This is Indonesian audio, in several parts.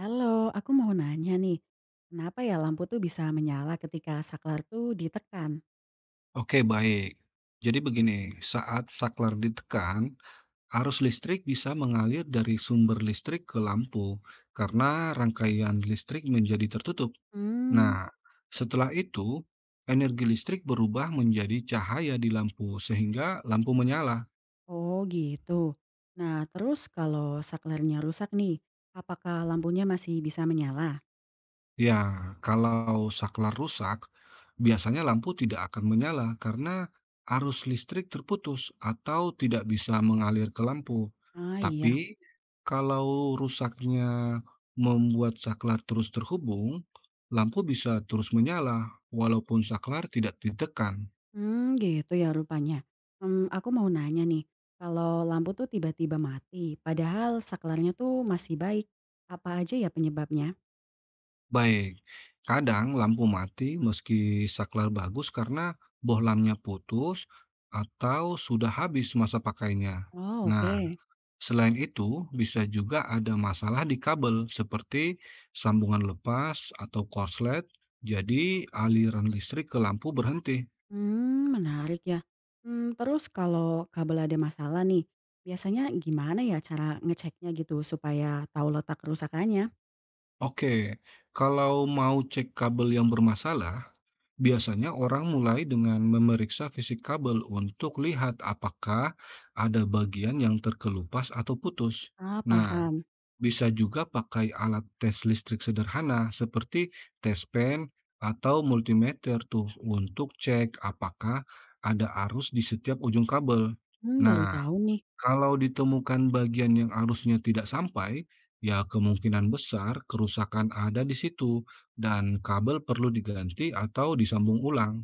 Halo, aku mau nanya nih, kenapa ya lampu tuh bisa menyala ketika saklar tuh ditekan? Oke, baik. Jadi begini, saat saklar ditekan, arus listrik bisa mengalir dari sumber listrik ke lampu karena rangkaian listrik menjadi tertutup. Hmm. Nah, setelah itu, energi listrik berubah menjadi cahaya di lampu sehingga lampu menyala. Oh gitu. Nah terus kalau saklarnya rusak nih, apakah lampunya masih bisa menyala? Ya, kalau saklar rusak, biasanya lampu tidak akan menyala karena arus listrik terputus atau tidak bisa mengalir ke lampu. Ah, Tapi, iya. kalau rusaknya membuat saklar terus terhubung, lampu bisa terus menyala walaupun saklar tidak ditekan. Gitu ya rupanya. Aku mau nanya nih, kalau lampu tuh tiba-tiba mati, padahal saklarnya tuh masih baik, apa aja ya penyebabnya? Baik, kadang lampu mati meski saklar bagus karena bohlamnya putus atau sudah habis masa pakainya. Oh, Nah, oke. selain itu, bisa juga ada masalah di kabel seperti sambungan lepas atau korslet, jadi aliran listrik ke lampu berhenti. Menarik ya. Terus kalau kabel ada masalah nih, biasanya gimana ya cara ngeceknya gitu supaya tahu letak kerusakannya? Oke, kalau mau cek kabel yang bermasalah, biasanya orang mulai dengan memeriksa fisik kabel untuk lihat apakah ada bagian yang terkelupas atau putus. Ah, Nah, paham. bisa juga pakai alat tes listrik sederhana seperti tes pen atau multimeter tuh untuk cek apakah ada arus di setiap ujung kabel. Baru Nah, tahu nih. kalau ditemukan bagian yang arusnya tidak sampai, ya kemungkinan besar kerusakan ada di situ dan kabel perlu diganti atau disambung ulang.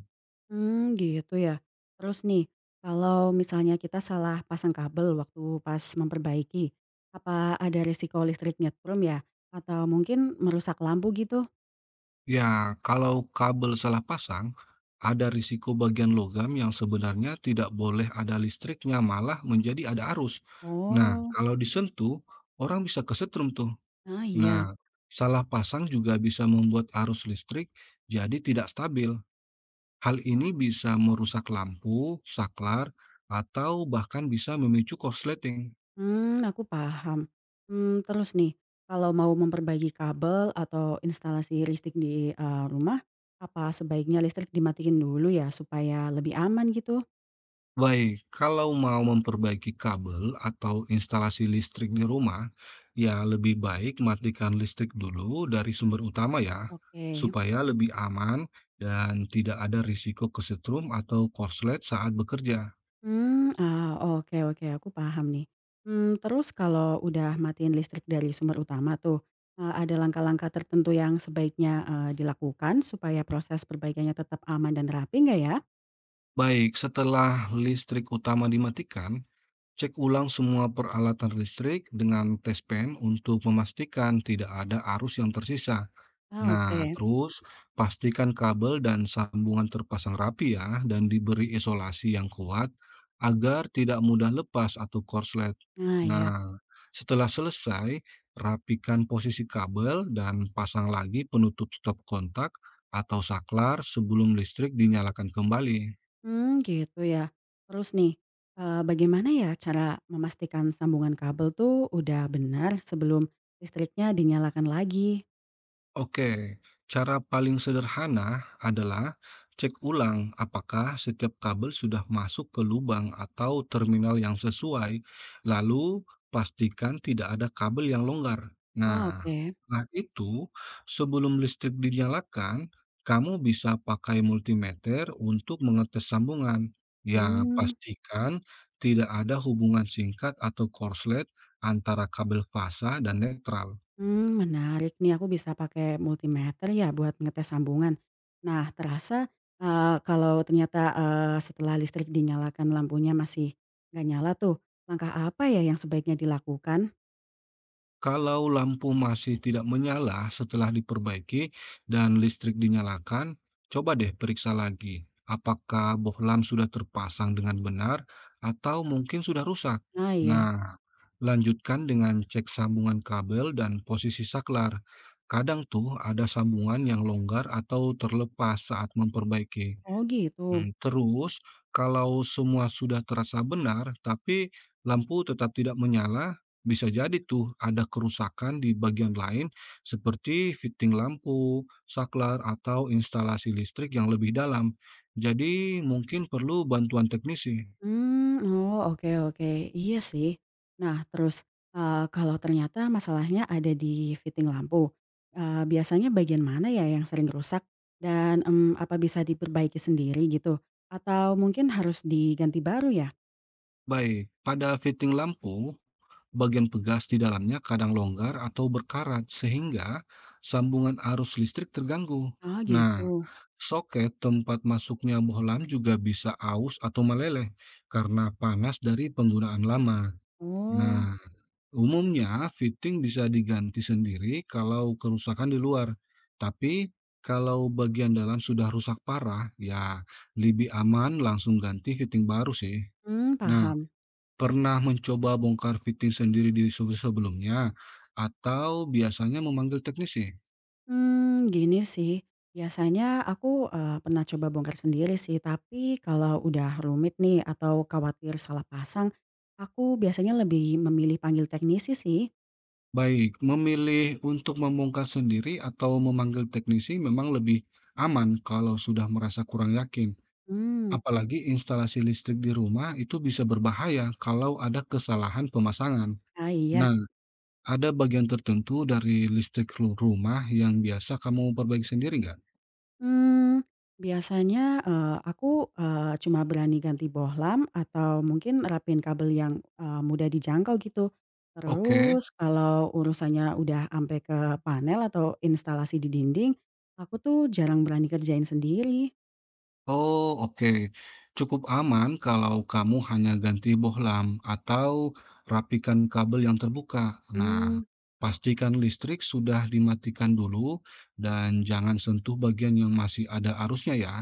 Hmm, gitu ya. Terus nih, kalau misalnya kita salah pasang kabel waktu pas memperbaiki, apa ada resiko listrik nyetrum ya? Atau mungkin merusak lampu gitu? Ya, kalau kabel salah pasang, ada risiko bagian logam yang sebenarnya tidak boleh ada listriknya, malah menjadi ada arus. Nah, Oh. kalau disentuh, orang bisa kesetrum tuh. Ah, iya. Nah, salah pasang juga bisa membuat arus listrik jadi tidak stabil. Hal ini bisa merusak lampu, saklar, atau bahkan bisa memicu korsleting. Aku paham. Terus nih, kalau mau memperbaiki kabel atau instalasi listrik di rumah, apa sebaiknya listrik dimatikan dulu ya supaya lebih aman gitu? Baik, kalau mau memperbaiki kabel atau instalasi listrik di rumah, ya lebih baik matikan listrik dulu dari sumber utama ya, Oke. supaya lebih aman dan tidak ada risiko kesetrum atau korslet saat bekerja. Hmm, ah, oke oke, aku paham nih. Terus kalau udah matiin listrik dari sumber utama tuh, ada langkah-langkah tertentu yang sebaiknya, dilakukan supaya proses perbaikannya tetap aman dan rapi nggak ya? Baik, setelah listrik utama dimatikan, cek ulang semua peralatan listrik dengan tes pen untuk memastikan tidak ada arus yang tersisa. Ah, Nah, oke. terus pastikan kabel dan sambungan terpasang rapi ya, dan diberi isolasi yang kuat agar tidak mudah lepas atau korslet. Ah, ya. Nah, setelah selesai, rapikan posisi kabel dan pasang lagi penutup stop kontak atau saklar sebelum listrik dinyalakan kembali. Hmm, gitu ya. Terus nih, bagaimana ya cara memastikan sambungan kabel tuh udah benar sebelum listriknya dinyalakan lagi? Oke, cara paling sederhana adalah cek ulang apakah setiap kabel sudah masuk ke lubang atau terminal yang sesuai, lalu pastikan tidak ada kabel yang longgar. Oh, Nah, oke. setelah itu sebelum listrik dinyalakan, kamu bisa pakai multimeter untuk mengetes sambungan. Ya, Hmm, pastikan tidak ada hubungan singkat atau korslet antara kabel fasa dan netral. menarik nih, aku bisa pakai multimeter ya buat ngetes sambungan. Nah, terasa, kalau ternyata, setelah listrik dinyalakan lampunya masih nggak nyala tuh, langkah apa ya yang sebaiknya dilakukan? Kalau lampu masih tidak menyala setelah diperbaiki dan listrik dinyalakan, coba deh periksa lagi apakah bohlam sudah terpasang dengan benar atau mungkin sudah rusak. Ah, iya. Nah, lanjutkan dengan cek sambungan kabel dan posisi saklar. Kadang tuh ada sambungan yang longgar atau terlepas saat memperbaiki. Oh, gitu. Terus kalau semua sudah terasa benar, tapi lampu tetap tidak menyala, bisa jadi tuh ada kerusakan di bagian lain seperti fitting lampu, saklar, atau instalasi listrik yang lebih dalam. Jadi mungkin perlu bantuan teknisi. Mmm, oh, oke oke, iya sih. Nah terus, kalau ternyata masalahnya ada di fitting lampu, biasanya bagian mana ya yang sering rusak? Dan, apa bisa diperbaiki sendiri gitu? Atau mungkin harus diganti baru ya? Baik, pada fitting lampu, bagian pegas di dalamnya kadang longgar atau berkarat sehingga sambungan arus listrik terganggu. Ah, Nah, gitu. soket tempat masuknya bohlam juga bisa aus atau meleleh karena panas dari penggunaan lama. Oh, Nah, umumnya fitting bisa diganti sendiri kalau kerusakan di luar. Tapi kalau bagian dalam sudah rusak parah, ya lebih aman langsung ganti fitting baru sih. Nah, paham. pernah mencoba bongkar fitting sendiri di sebe sebelumnya? Atau biasanya memanggil teknisi? Gini sih, biasanya aku, pernah coba bongkar sendiri sih, tapi kalau udah rumit nih atau khawatir salah pasang, aku biasanya lebih memilih panggil teknisi sih. Baik, memilih untuk membongkar sendiri atau memanggil teknisi memang lebih aman kalau sudah merasa kurang yakin. Hmm. Apalagi instalasi listrik di rumah itu bisa berbahaya kalau ada kesalahan pemasangan. Ah, iya, Nah, ada bagian tertentu dari listrik rumah yang biasa kamu perbaiki sendiri nggak? mmm, biasanya, aku, cuma berani ganti bohlam atau mungkin rapin kabel yang, mudah dijangkau gitu. Oke. Terus kalau urusannya udah sampai ke panel atau instalasi di dinding, aku tuh jarang berani kerjain sendiri. Oh, oke. Cukup aman kalau kamu hanya ganti bohlam atau rapikan kabel yang terbuka. Mmm, Nah, pastikan listrik sudah dimatikan dulu dan jangan sentuh bagian yang masih ada arusnya ya.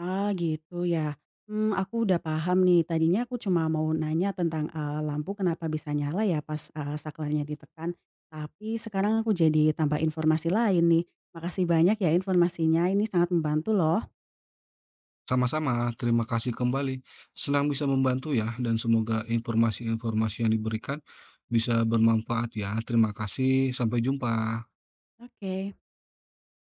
ah, gitu ya. Aku udah paham nih, tadinya aku cuma mau nanya tentang, lampu kenapa bisa nyala ya pas, saklarnya ditekan, tapi sekarang aku jadi tambah informasi lain nih. Makasih banyak ya informasinya, ini sangat membantu loh. Sama-sama, terima kasih kembali. Senang bisa membantu ya dan semoga informasi-informasi yang diberikan bisa bermanfaat ya. Terima kasih, sampai jumpa. Oke.